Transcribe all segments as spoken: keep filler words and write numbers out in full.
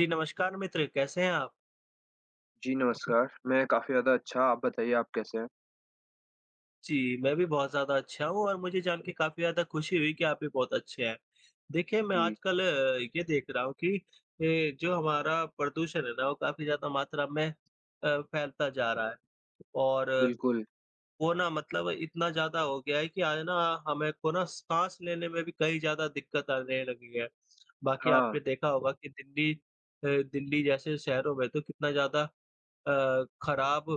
जी, नमस्कार मित्र, कैसे हैं आप? जी, नमस्कार। मैं काफ़ी ज़्यादा अच्छा, आप बताइए आप कैसे हैं? जी, मैं भी बहुत ज़्यादा अच्छा हूँ और मुझे जान के काफ़ी ज़्यादा खुशी हुई कि आप भी बहुत अच्छे हैं। देखिए, मैं जी, आजकल अ, ये देख रहा हूँ कि ए, जो हमारा प्रदूषण है ना, वो काफ़ी ज़्यादा मात्रा में अ, फैलता जा रहा है और अ, बिल्कुल। वो ना मतलब इतना ज़्यादा हो गया है कि आज ना हमें को ना साँस लेने में भी कई ज़्यादा दिक्कत आने लगी है। बाकी हाँ, आपने देखा होगा कि दिल्ली अ, दिल्ली जैसे शहरों में तो कितना ज़्यादा अ, खराब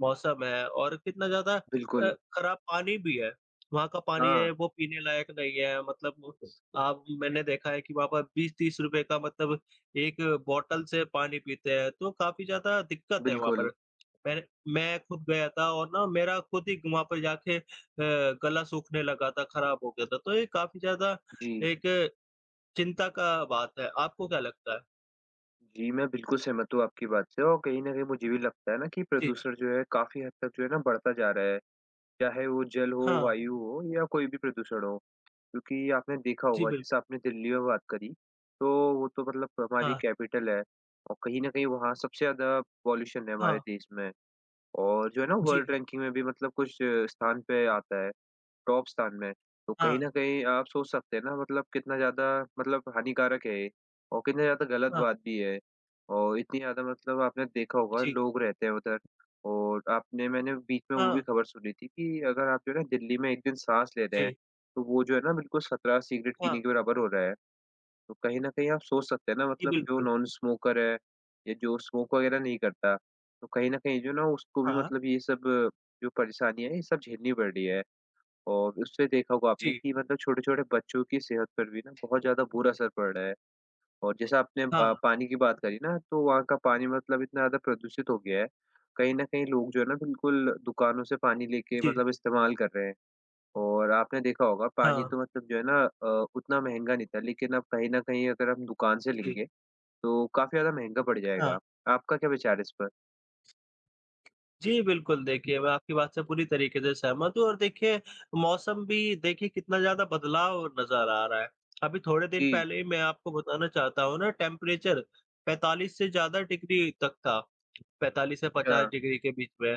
मौसम है और कितना ज़्यादा अ, बिल्कुल। खराब पानी भी है। वहाँ का पानी हाँ, है वो पीने लायक नहीं है, मतलब आप मैंने देखा है कि वहाँ पर बीस तीस रुपए का मतलब एक बॉटल से पानी पीते हैं, तो काफ़ी ज़्यादा दिक्कत है वहाँ बिल्कुल। पर। मैंने मैं खुद गया था और ना मेरा खुद ही वहाँ पर जाके अ, गला सूखने लगा था, खराब हो गया था, तो ये काफ़ी ज़्यादा जी, एक चिंता का बात है। आपको क्या लगता है? जी, मैं बिल्कुल सहमत हूँ आपकी बात से और कहीं न कहीं मुझे भी लगता है ना कि जी। प्रदूषण जो है काफ़ी हद तक जो है ना बढ़ता जा रहा है। चाहे वो जल हो, हाँ। वायु हो या कोई भी प्रदूषण हो। क्योंकि आपने देखा जी, होगा बिल्कुल। जैसे आपने दिल्ली में बात करी, तो वो तो मतलब हमारी हाँ, कैपिटल है और कहीं न कहीं वहाँ सबसे ज़्यादा पॉल्यूशन है हमारे हाँ। देश में। और जो है ना वर्ल्ड जी, रैंकिंग में भी मतलब कुछ अ, स्थान पे आता है, टॉप स्थान में। तो कहीं हाँ। न कहीं आप सोच सकते हैं ना मतलब कितना ज़्यादा मतलब हानिकारक है ये और कितना ज़्यादा गलत हाँ, बात भी है। और इतनी ज़्यादा मतलब आपने देखा होगा जी। लोग रहते हैं उधर और आपने मैंने बीच में वो भी हाँ, खबर सुनी थी कि अगर आप जो है ना दिल्ली में एक दिन साँस ले रहे हैं, जी। तो वो जो है ना बिल्कुल सत्रह सिगरेट हाँ, पीने के बराबर हो रहा है। तो कहीं न कहीं आप सोच सकते हैं ना जी, मतलब जो बिल्कुल। नॉन स्मोकर है या जो स्मोक वग़ैरह नहीं करता, तो कहीं न कहीं जो ना उसको भी हाँ, मतलब ये सब अ, जो परेशानी है, ये सब झेलनी पड़ रही है। और उससे देखा होगा आपने जी। कि मतलब छोटे-छोटे बच्चों की सेहत पर भी ना बहुत ज़्यादा बुरा असर पड़ रहा है। और जैसा आपने ब हाँ, पानी की बात करी ना, तो वहाँ का पानी मतलब इतना ज़्यादा प्रदूषित हो गया है, कहीं न कहीं लोग जो है ना बिल्कुल दुकानों से पानी लेके जी। मतलब इस्तेमाल कर रहे हैं। और आपने देखा होगा पानी हाँ, तो मतलब जो है ना अ, उतना महँगा नहीं था, लेकिन अब कहीं न कहीं अगर हम दुकान से जी। लेंगे, तो काफ़ी ज़्यादा महँगा पड़ हाँ। जाएगा। आपका क्या विचार है इस पर? जी, बिल्कुल, देखिए मैं आपकी बात से पूरी तरीके से सहमत हूँ और देखिए मौसम भी देखिए कितना ज़्यादा बदलाव नज़र आ रहा है। अभी थोड़े दिन जी, पहले ही मैं आपको बताना चाहता हूँ ना टेम्परेचर पैंतालीस से ज़्यादा डिग्री तक था, पैंतालीस से पचास अच्छा, डिग्री के बीच में।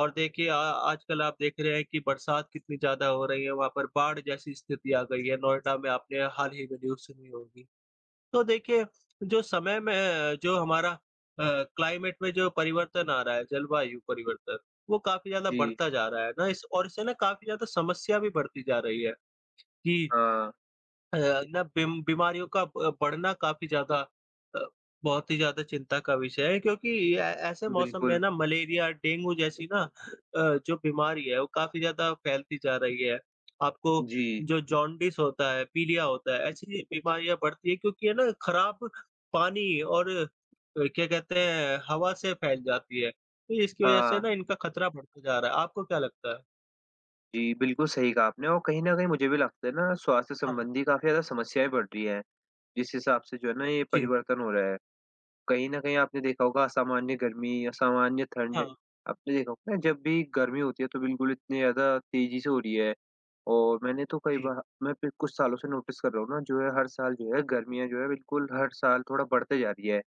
और देखिए आ आजकल आप देख रहे हैं कि बरसात कितनी ज़्यादा हो रही है, वहाँ पर बाढ़ जैसी स्थिति आ गई है। नोएडा में आपने हाल ही में न्यूज़ सुनी होगी। तो देखिए, जो समय में अ, जो हमारा अ, क्लाइमेट में जो परिवर्तन आ रहा है, जलवायु परिवर्तन, वो काफ़ी ज़्यादा जी, बढ़ता जा रहा है ना इस और इससे ना काफ़ी ज़्यादा समस्या भी बढ़ती जा रही है कि हाँ, अ, ना बीम बीमारियों का ब बढ़ना काफ़ी ज़्यादा अ, बहुत ही ज़्यादा चिंता का विषय है, क्योंकि ऐ ऐसे मौसम में बिल्कुल, ना मलेरिया, डेंगू जैसी ना अ, जो बीमारी है वो काफ़ी ज़्यादा फैलती जा रही है। आपको जी, जो जॉन्डिस होता है, पीलिया होता है, ऐसी बीमारियाँ बढ़ती है क्योंकि है ना खराब पानी और अ, क्या कहते हैं हवा से फैल जाती है। तो इसकी वज़ह से हाँ, ना इनका खतरा बढ़ता जा रहा है। आपको क्या लगता है? जी, बिल्कुल सही कहा आपने और कहीं न कहीं मुझे भी लगता है ना स्वास्थ्य हाँ, संबंधी काफ़ी ज़्यादा समस्याएँ बढ़ रही हैं, जिस हिसाब से जो है ना ये जी, परिवर्तन हो रहा है। कहीं न कहीं आपने देखा होगा असामान्य गर्मी, असामान्य हाँ, ठंड, आपने देखा होगा ना जब भी गर्मी होती है तो बिल्कुल इतनी ज़्यादा तेज़ी से हो रही है। और मैंने तो कई जी, बार मैं फिर कुछ सालों से नोटिस कर रहा हूँ ना जो है हर साल जो है गर्मियाँ जो है बिल्कुल हर साल थोड़ा बढ़ते जा रही है।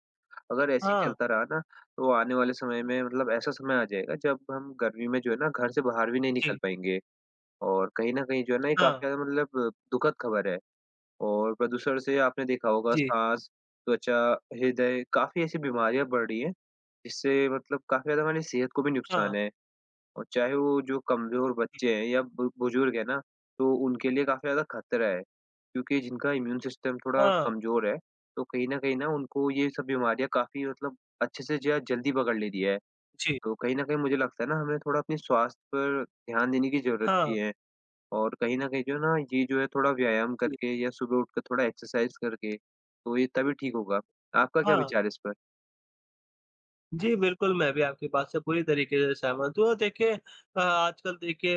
अगर ऐसे ही हाँ, चलता रहा ना तो आने वाले समय में मतलब ऐसा समय आ जाएगा जब हम गर्मी में जो है ना घर से बाहर भी नहीं निकल जी, पाएँगे। और कहीं न कहीं जो है ना ये हाँ, काफ़ी ज़्यादा मतलब दुखद खबर है। और प्रदूषण से आपने देखा होगा जी, साँस, त्वचा, हृदय काफ़ी ऐसी बीमारियाँ बढ़ रही हैं, जिससे मतलब काफ़ी ज़्यादा हमारी सेहत को भी नुकसान हाँ। है। और चाहे वो जो कमज़ोर बच्चे हैं या बु बुज़ुर्ग हैं ना, तो उनके लिए काफ़ी ज़्यादा खतरा है। क्योंकि जिनका इम्यून सिस्टम थोड़ा हाँ, कमज़ोर है, तो कहीं न कहीं ना उनको ये सब बीमारियाँ काफ़ी मतलब अच्छे से ज जल्दी पकड़ लेती है। जी। तो कहीं न कहीं मुझे लगता है ना हमें थोड़ा अपने स्वास्थ्य पर ध्यान देने की ज़रूरत भी हाँ, है। और कहीं न कहीं जो है ना, ये जो है थोड़ा व्यायाम जी। करके या सुबह उठकर थोड़ा एक्सरसाइज़ करके, तो ये तभी ठीक होगा। आपका क्या हाँ। विचार है इस पर? जी, बिल्कुल, मैं भी आपकी बात से पूरी तरीके से सहमत हूँ और देखिए अ, आजकल देखिए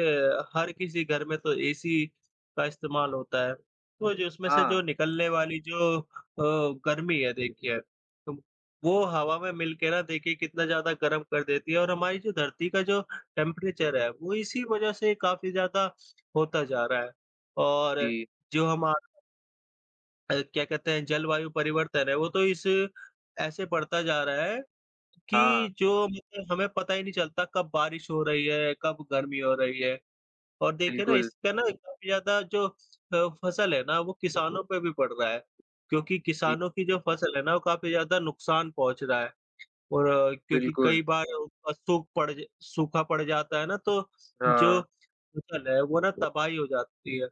हर किसी घर में तो एसी का इस्तेमाल होता है, तो जो उसमें से हाँ। जो निकलने वाली जो अ, गर्मी है देखिए, तो वो हवा में मिल के ना देखिए कितना ज़्यादा गर्म कर देती है और हमारी जो धरती का जो टेम्परेचर है, वो इसी वजह से काफ़ी ज़्यादा होता जा रहा है और जी, जो हम अ, क्या कहते हैं जलवायु परिवर्तन है, वो तो इस ऐसे बढ़ता जा रहा है कि हाँ, जो मतलब हमें पता ही नहीं चलता कब बारिश हो रही है, कब गर्मी हो रही है। और देखिए ना बिल्कुल। इसका ना काफ़ी ज़्यादा जो अ, फसल है ना वो किसानों पे भी पड़ रहा है, क्योंकि जी, किसानों की जो फसल है ना वो काफ़ी ज़्यादा नुकसान पहुँच रहा है। और अ, क्योंकि बिल्कुल। कई बार उसका सूख पड़ ज सूखा पड़ जाता है ना, तो जो हाँ, फ़सल है वो ना तबाही हो जाती है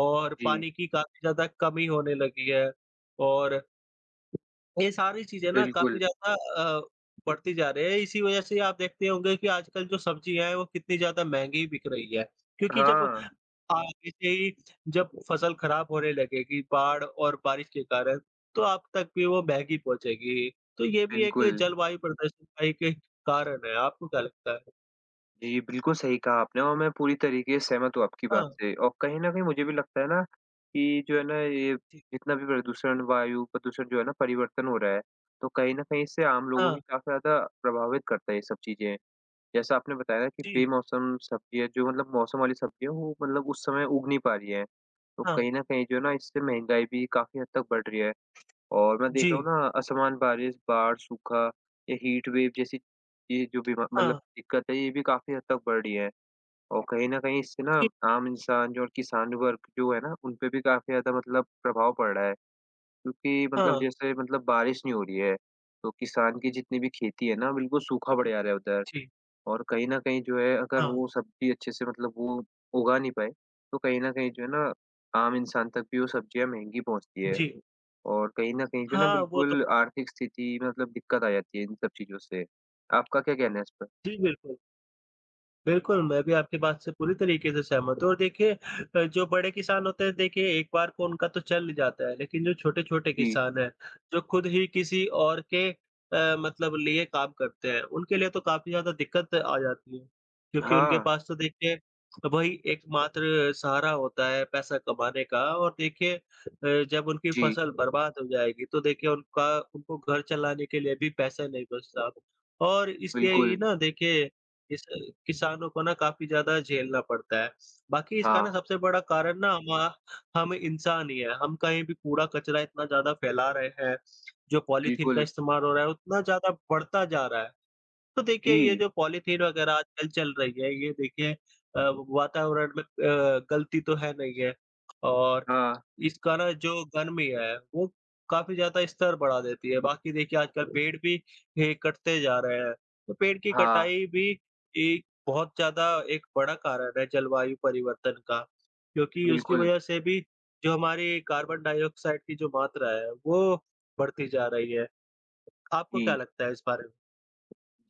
और जी, पानी की काफ़ी ज़्यादा कमी होने लगी है और ये सारी चीज़ें ना काफ़ी बिल्कुल। ज़्यादा अ, बढ़ती जा रही है। इसी वज़ह से आप देखते होंगे कि आजकल जो सब्जियाँ हैं वो कितनी ज़्यादा महँगी बिक रही है। क्योंकि जब हाँ। आगे से ही जब फसल खराब होने लगेगी बाढ़ और बारिश के कारण, तो आप तक भी वो महँगी पहुँचेगी। तो ये भी एक बिल्कुल। जलवायु प्रदर्शन का एक कारण है। आपको क्या लगता है? जी, बिल्कुल सही कहा आपने और मैं पूरी तरीके से सहमत हूँ आपकी बात हाँ, से और कहीं न कहीं मुझे भी लगता है ना कि जो है ना ये जी, जितना भी प्रदूषण, वायु प्रदूषण जो है ना परिवर्तन हो रहा है, तो कहीं न कहीं इससे आम लोगों हाँ, की काफ़ी ज़्यादा प्रभावित करता है ये सब चीज़ें। जैसा आपने बताया कि जी, बेमौसम सब्जियाँ जो मतलब मौसम वाली सब्जियाँ वो मतलब उस समय उग नहीं पा रही हैं। तो हाँ, कहीं न कहीं जो है ना इससे महँगाई भी काफ़ी हद तक बढ़ रही है और मैं देख रहा जी, हूँ ना असमान बारिश, बाढ़, सूखा या हीट वेव जैसी ये जो बीमा मतलब हाँ, दिक्कत है ये भी काफ़ी हद तक बढ़ रही है। और कहीं न कहीं इससे ना जी, आम इंसान जो और किसान वर्ग जो है ना उन पे भी काफ़ी ज़्यादा मतलब प्रभाव पड़ रहा है। क्योंकि मतलब हाँ, जैसे मतलब बारिश नहीं हो रही है, तो किसान की जितनी भी खेती है ना बिल्कुल सूखा पड़ जा रहा है उधर। जी, और कहीं न कहीं जो है अगर हाँ, वो सब्ज़ी अच्छे से मतलब वो उगा नहीं पाए, तो कहीं न कहीं जो है ना आम इंसान तक भी वो सब्ज़ियाँ महँगी पहुँचती है जी। और कहीं न कहीं जो है ना हाँ, वो तो बिल्कुल आर्थिक स्थिति में मतलब दिक्कत आ जाती है इन सब चीज़ों से। आपका क्या कहना है इस पर? जी, बिल्कुल। बिल्कुल, मैं भी आपकी बात से पूरी तरीके से सहमत हूँ और देखिए अ, जो बड़े किसान होते हैं देखिए एक बार को उनका तो चल जाता है, लेकिन जो छोटे-छोटे जी। किसान हैं, जो खुद ही किसी और के अ, मतलब लिए काम करते हैं, उनके लिए तो काफ़ी ज़्यादा दिक्कत आ जाती है। क्योंकि उनके हाँ, पास तो देखिए वही एकमात्र सहारा होता है पैसा कमाने का और देखिए अ, जब उनकी जी, फसल बर्बाद हो जाएगी तो देखिए उनका उनको घर चलाने के लिए भी पैसा नहीं बचता और इसलिए ही बिल्कुल। ना देखिए इस किसानों को ना काफ़ी ज़्यादा झेलना पड़ता है। बाकी इसका हाँ, ना सबसे बड़ा कारण ना हमा हम इंसान ही है। हम कहीं भी कूड़ा-कचरा इतना ज़्यादा फैला रहे हैं, जो पॉलीथीन का बिल्कुल। इस्तेमाल हो रहा है उतना ज़्यादा बढ़ता जा रहा है। तो देखिए ये जी, जो पॉलीथीन वगैरह आजकल चल रही है, ये देखिए अ, वातावरण में अ, गलती तो है नहीं है, और हाँ, इसका ना जो गर्मी है, वो काफ़ी ज़्यादा स्तर बढ़ा देती है। बाकी देखिए आजकल पेड़ भी ये कटते जा रहे हैं, तो पेड़ की हाँ, कटाई भी एक बहुत ज़्यादा एक बड़ा कारण है जलवायु परिवर्तन का। क्योंकि उसकी बिल्कुल। वजह से भी जो हमारी कार्बन डाइऑक्साइड की जो मात्रा है, वो बढ़ती जा रही है। आपको क्या जी, लगता है इस बारे में?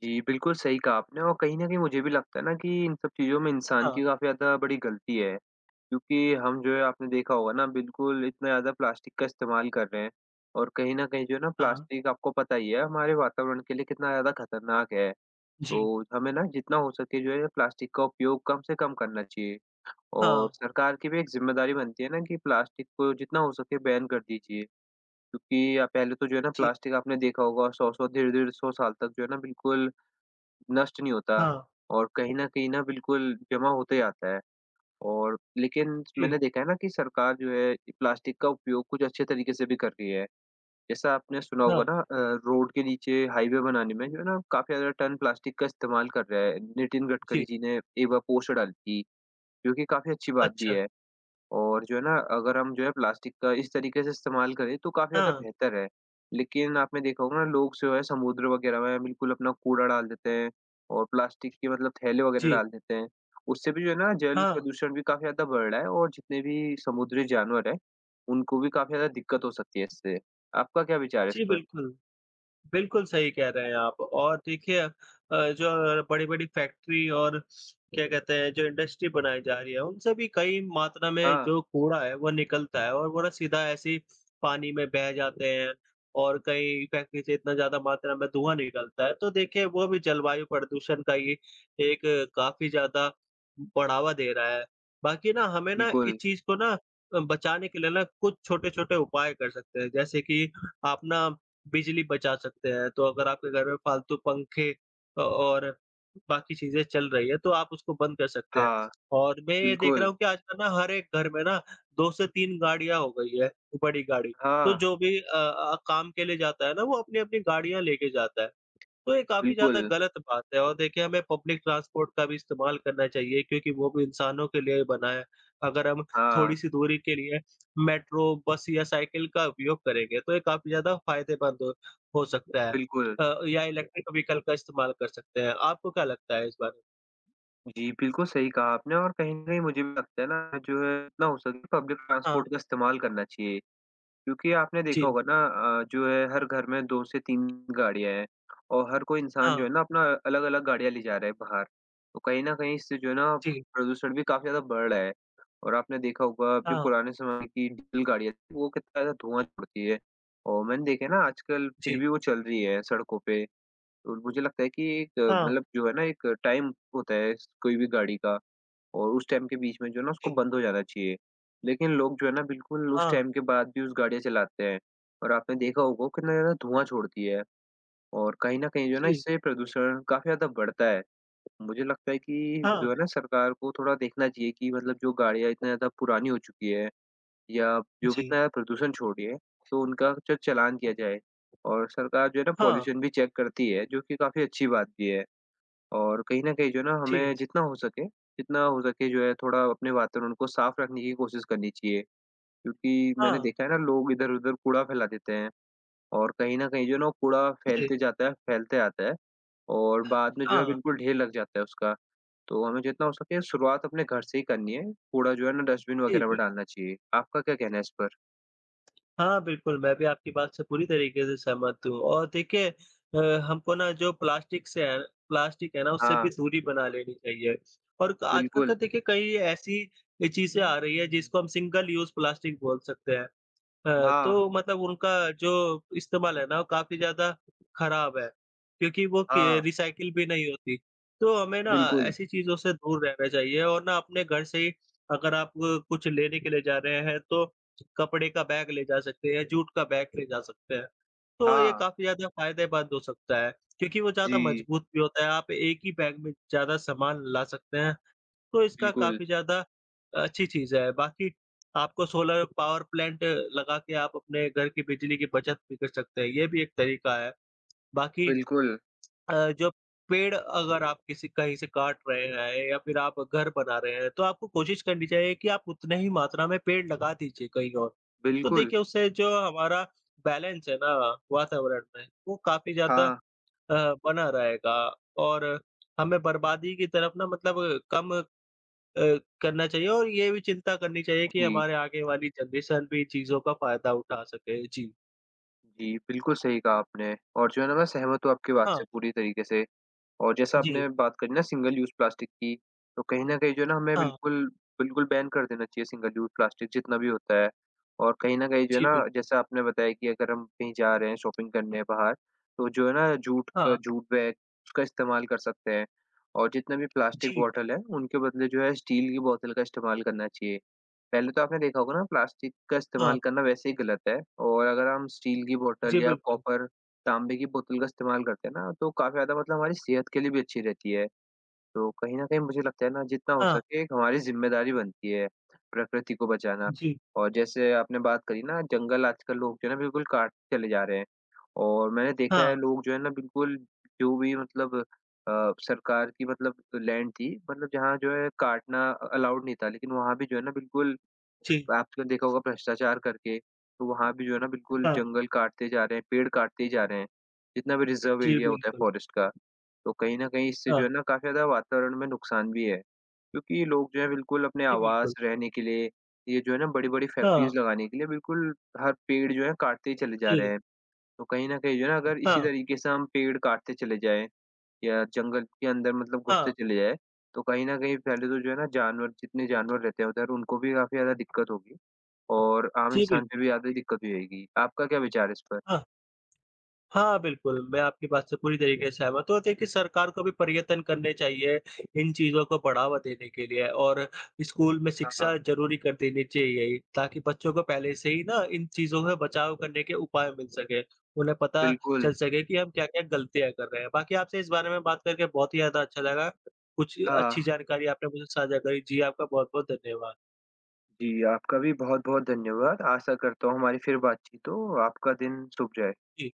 जी, बिल्कुल सही कहा आपने और कहीं न कहीं मुझे भी लगता है ना कि इन सब चीज़ों में इंसान हाँ, की काफ़ी ज़्यादा बड़ी गलती है। क्योंकि हम जो है आपने देखा होगा ना बिल्कुल इतना ज़्यादा प्लास्टिक का इस्तेमाल कर रहे हैं और कहीं न कहीं जो है ना हाँ, प्लास्टिक आपको पता ही है हमारे वातावरण के लिए कितना ज़्यादा खतरनाक है। जी, तो हमें ना जितना हो सके जो है प्लास्टिक का उपयोग कम से कम करना चाहिए हाँ, और सरकार की भी एक ज़िम्मेदारी बनती है ना कि प्लास्टिक को जितना हो सके बैन कर दीजिए। क्योंकि अ, पहले तो जो है ना जी, प्लास्टिक आपने देखा होगा सौ सौ डेढ़-डेढ़ सौ साल तक जो है ना बिल्कुल नष्ट नहीं होता हाँ, और कहीं न कहीं ना बिल्कुल जमा होते जाता है। और लेकिन जी, मैंने देखा है ना कि सरकार जो है ये प्लास्टिक का उपयोग कुछ अच्छे तरीके से भी कर रही है। जैसा आपने सुना होगा हाँ, ना अ, रोड के नीचे हाईवे बनाने में जो है ना काफ़ी ज़्यादा टन प्लास्टिक का इस्तेमाल कर रहा है। नितिन गडकरी जी, जी ने एक बार पोस्ट डाली थी, जो कि काफ़ी अच्छी बात भी अच्छा, है। और जो है ना, अगर हम जो है प्लास्टिक का इस तरीके से इस्तेमाल करें तो काफ़ी ज़्यादा हाँ, बेहतर है। लेकिन आपने देखा होगा ना लोग जो है समुद्र वग़ैरह में बिल्कुल अपना कूड़ा डाल देते हैं और प्लास्टिक के मतलब थैले वग़ैरह जी, डाल देते हैं। उससे भी जो है ना जल हाँ, प्रदूषण भी काफ़ी ज़्यादा बढ़ रहा है और जितने भी समुद्री जानवर हैं, उनको भी काफ़ी ज़्यादा दिक्कत हो सकती है इससे। आपका क्या विचार है इस जी, पर? बिल्कुल। बिल्कुल सही कह रहे हैं आप और देखिए अ, जो बड़ी-बड़ी फैक्ट्री और क्या कहते हैं जो इंडस्ट्री बनाई जा रही है, उनसे भी कई मात्रा में हाँ, जो कूड़ा है वो निकलता है और वो ना सीधा ऐसे ही पानी में बह जाते हैं और कई फैक्ट्री से इतना ज़्यादा मात्रा में धुआँ निकलता है। तो देखिए वो भी जलवायु प्रदूषण का ही एक काफ़ी ज़्यादा बढ़ावा दे रहा है। बाकी ना हमें ना इस बिल्कुल। चीज़ को ना अ, बचाने के लिए ना कुछ छोटे-छोटे उपाय कर सकते हैं। जैसे कि आप ना बिजली बचा सकते हैं। तो अगर आपके घर में फालतू पंखे अ, और बाकी चीज़ें चल रही है तो आप उसको बंद कर सकते हैं। हाँ, और मैं ये देख रहा बिल्कुल। हूँ कि आजकल ना हर एक घर में ना दो से तीन गाड़ियाँ हो गई है, बड़ी गाड़ी। तो हाँ, जो भी अ अ, काम के लिए जाता है ना वो अपनी-अपनी गाड़ियाँ लेके जाता है। तो ये काफ़ी ज़्यादा बिल्कुल। गलत बात है और देखिए हमें पब्लिक ट्रांसपोर्ट का भी इस्तेमाल करना चाहिए क्योंकि वो भी इंसानों के लिए ही बना है। अगर हम हाँ, थोड़ी-सी दूरी के लिए मेट्रो, बस या साइकिल का उपयोग करेंगे तो ये काफ़ी ज़्यादा फ़ायदेमंद हो हो सकता है। बिल्कुल। अ, या इलेक्ट्रिक व्हीकल का इस्तेमाल कर सकते हैं। आपको क्या लगता है इस बारे में? जी, बिल्कुल सही कहा आपने और कहीं न कहीं मुझे भी लगता है ना जो है जितना हो सके पब्लिक हाँ, ट्रांसपोर्ट का इस्तेमाल करना चाहिए। क्योंकि आपने देखा जी, होगा ना अ, जो है हर घर में दो से तीन गाड़ियाँ हैं और हर कोई इंसान हाँ, जो है ना अपना अलग-अलग गाड़ियाँ ले जा रहा है बाहर। तो कहीं न कहीं इससे जो है ना जी, प्रदूषण भी काफ़ी ज़्यादा बढ़ रहा है। और आपने देखा होगा जो हाँ, पुराने ज़माने की डीज़ल गाड़ियाँ थी वो कितना ज़्यादा धुआँ छोड़ती है। और मैंने देखा है ना आजकल फिर जी, भी वो चल रही है सड़कों पे। और मुझे लगता है कि एक अ, हाँ, मतलब जो है ना एक टाइम होता है इस कोई भी गाड़ी का और उस टाइम के बीच में जो है ना उसको जी, बंद हो जाना चाहिए। लेकिन लोग जो है ना बिल्कुल उस हाँ, टाइम के बाद भी उस गाड़ियाँ चलाते हैं और आपने देखा होगा कितना ज़्यादा धुआँ छोड़ती है और कहीं न कहीं जो है ना जी, इससे प्रदूषण काफ़ी ज़्यादा बढ़ता है। मुझे लगता है कि हाँ, जो है ना सरकार को थोड़ा देखना चाहिए कि मतलब जो गाड़ियाँ इतना ज़्यादा पुरानी हो चुकी है या जो भी इतना जी, ज़्यादा प्रदूषण छोड़ रही है, तो उनका जो चालान किया जाए और सरकार जो है ना हाँ, पॉल्यूशन भी चेक करती है, जो कि काफ़ी अच्छी बात भी है। और कहीं न कहीं जो है ना जी, हमें जितना हो सके जितना हो सके जो है थोड़ा अपने वातावरण को साफ रखने की कोशिश करनी चाहिए। क्योंकि मैंने हाँ, देखा है ना लोग इधर-उधर कूड़ा फैला देते हैं और कहीं न कहीं जो है ना वो कूड़ा जी, फैलते जाता है, फैलते आता है और बाद में जो है हाँ, बिल्कुल ढेर लग जाता है उसका। तो हमें जितना हो सके शुरुआत अपने घर से ही करनी है। कूड़ा जो है ना डस्टबिन वग़ैरह में जी। डालना चाहिए। आपका क्या कहना है इस पर? हाँ, बिल्कुल, मैं भी आपकी बात से पूरी तरीके से सहमत हूँ और देखिए अ, हमको ना जो प्लास्टिक से है, प्लास्टिक है ना, उससे भी हाँ, दूरी बना लेनी चाहिए और क आजकल तो बिल्कुल। देखिए कई ऐसी ये चीज़ें आ रही है जिसको हम सिंगल यूज़ प्लास्टिक बोल सकते हैं। अ, हाँ, तो मतलब उनका जो इस्तेमाल है ना, वो काफ़ी ज़्यादा खराब है, क्योंकि वो के हाँ, रिसाइकिल भी नहीं होती। तो हमें ना बिल्कुल। ऐसी चीज़ों से दूर रहना चाहिए और ना अपने घर से ही अगर आप कुछ लेने के लिए जा रहे हैं, तो कपड़े का बैग ले जा सकते हैं, जूट का बैग ले जा सकते हैं। तो ये हाँ, काफ़ी ज़्यादा फ़ायदेमंद हो सकता है, क्योंकि वो ज़्यादा जी, मजबूत भी होता है। आप एक ही बैग में ज़्यादा सामान ला सकते हैं। तो इसका बिल्कुल, काफ़ी ज़्यादा अच्छी चीज़ है। बाकी आपको सोलर पावर प्लांट लगा के आप अपने घर की बिजली की बचत भी कर सकते हैं, ये भी एक तरीका है। बाकी बिल्कुल, अ, जो पेड़ अगर आप किसी कहीं से काट रहे हैं या फिर आप घर बना रहे हैं, तो आपको कोशिश करनी चाहिए कि आप उतने ही मात्रा में पेड़ लगा दीजिए कहीं और। तो बिल्कुल। देखिए उससे जो हमारा बैलेंस है ना वातावरण में, वो काफ़ी ज़्यादा हाँ, अ, बना रहेगा और हमें बर्बादी की तरफ ना मतलब कम अ, करना चाहिए और ये भी चिंता करनी चाहिए कि जी। हमारे आगे वाली जनरेशन भी चीज़ों का फ़ायदा उठा सके। जी। जी, बिल्कुल सही कहा आपने और जो है ना मैं सहमत हूँ आपकी बात हाँ, से पूरी तरीके से। और जैसा जी, आपने बात करी ना सिंगल यूज़ प्लास्टिक की, तो कहीं न कहीं जो है ना हमें हाँ, बिल्कुल, बिल्कुल बैन कर देना चाहिए सिंगल यूज़ प्लास्टिक जितना भी होता है। और कहीं न कहीं जो है जी, ना बिल्कुल। जैसा आपने बताया कि अगर हम कहीं जा रहे हैं शॉपिंग करने बाहर, तो जो है ना जूट का हाँ, जूट बैग उसका इस्तेमाल कर सकते हैं। और जितने भी प्लास्टिक जी, बॉटल हैं, उनके बदले जो है स्टील की बोतल का इस्तेमाल करना चाहिए। पहले तो आपने देखा होगा ना प्लास्टिक का हाँ, इस्तेमाल करना वैसे ही गलत है और अगर हम स्टील की बोतल जी, या बिल्कुल। कॉपर तांबे की बोतल का इस्तेमाल करते हैं ना, तो काफ़ी ज़्यादा मतलब हमारी सेहत के लिए भी अच्छी रहती है। तो कहीं न कहीं मुझे लगता है ना जितना हो हाँ, सके एक हमारी ज़िम्मेदारी बनती है, प्रकृति को बचाना। जी, और जैसे आपने बात करी ना जंगल आजकल लोग जो है ना बिल्कुल काटते चले जा रहे हैं। और मैंने देखा हाँ, है लोग जो है ना बिल्कुल जो भी मतलब अ, सरकार की मतलब लैंड थी मतलब जहाँ जो है काटना अलाउड नहीं था, लेकिन वहाँ भी जो है ना बिल्कुल जी, तो आपने तो देखा होगा भ्रष्टाचार करके, तो वहाँ भी जो है ना बिल्कुल हाँ, जंगल काटते जा रहे हैं, पेड़ काटते ही जा रहे हैं। जितना भी रिज़र्व जी, एरिया होता है बिल्कुल। फ़ॉरेस्ट का, तो कहीं न कहीं इससे जो हाँ, है ना काफ़ी ज़्यादा वातावरण में नुकसान भी है। क्योंकि लोग जो है बिल्कुल अपने जी, बिल्कुल। आवास, रहने के लिए, ये जो है ना बड़ी-बड़ी हाँ, फैक्ट्रीज़ लगाने के लिए बिल्कुल हर पेड़ जो है काटते ही चले जा रहे जी, हैं। तो कहीं न कहीं जो है ना अगर इसी हाँ, तरीके से हम पेड़ काटते चले जाएँ या जंगल के अंदर मतलब हाँ, घुसते चले जाएँ, तो कहीं न कहीं पहले तो जो है ना जानवर जितने जानवर रहते हैं उधर उनको भी काफ़ी ज़्यादा दिक्कत होगी। और आम जी, इंसान पे बिल्कुल। भी ज़्यादा दिक्कत हो जाएगी। आपका क्या विचार है इस पर? हाँ। हाँ, बिल्कुल, मैं आपकी बात से पूरी तरीके से सहमत हूँ और देखिए सरकार को भी प्रयत्न करने चाहिए इन चीज़ों को बढ़ावा देने के लिए और स्कूल में हाँ, शिक्षा ज़रूरी कर देनी चाहिए ताकि बच्चों को पहले से ही ना इन चीज़ों से बचाव करने के उपाय मिल सकें। उन्हें पता बिल्कुल। चल सके कि हम क्या-क्या गलतियाँ कर रहे हैं। बाकी आपसे इस बारे में बात करके बहुत ही ज़्यादा अच्छा लगा। कुछ हाँ, अच्छी जानकारी आपने मुझे साझा करी। जी, आपका बहुत-बहुत धन्यवाद। जी, आपका भी बहुत-बहुत धन्यवाद। आशा करता हूँ हमारी फिर बातचीत हो। आपका दिन शुभ जाए। जी।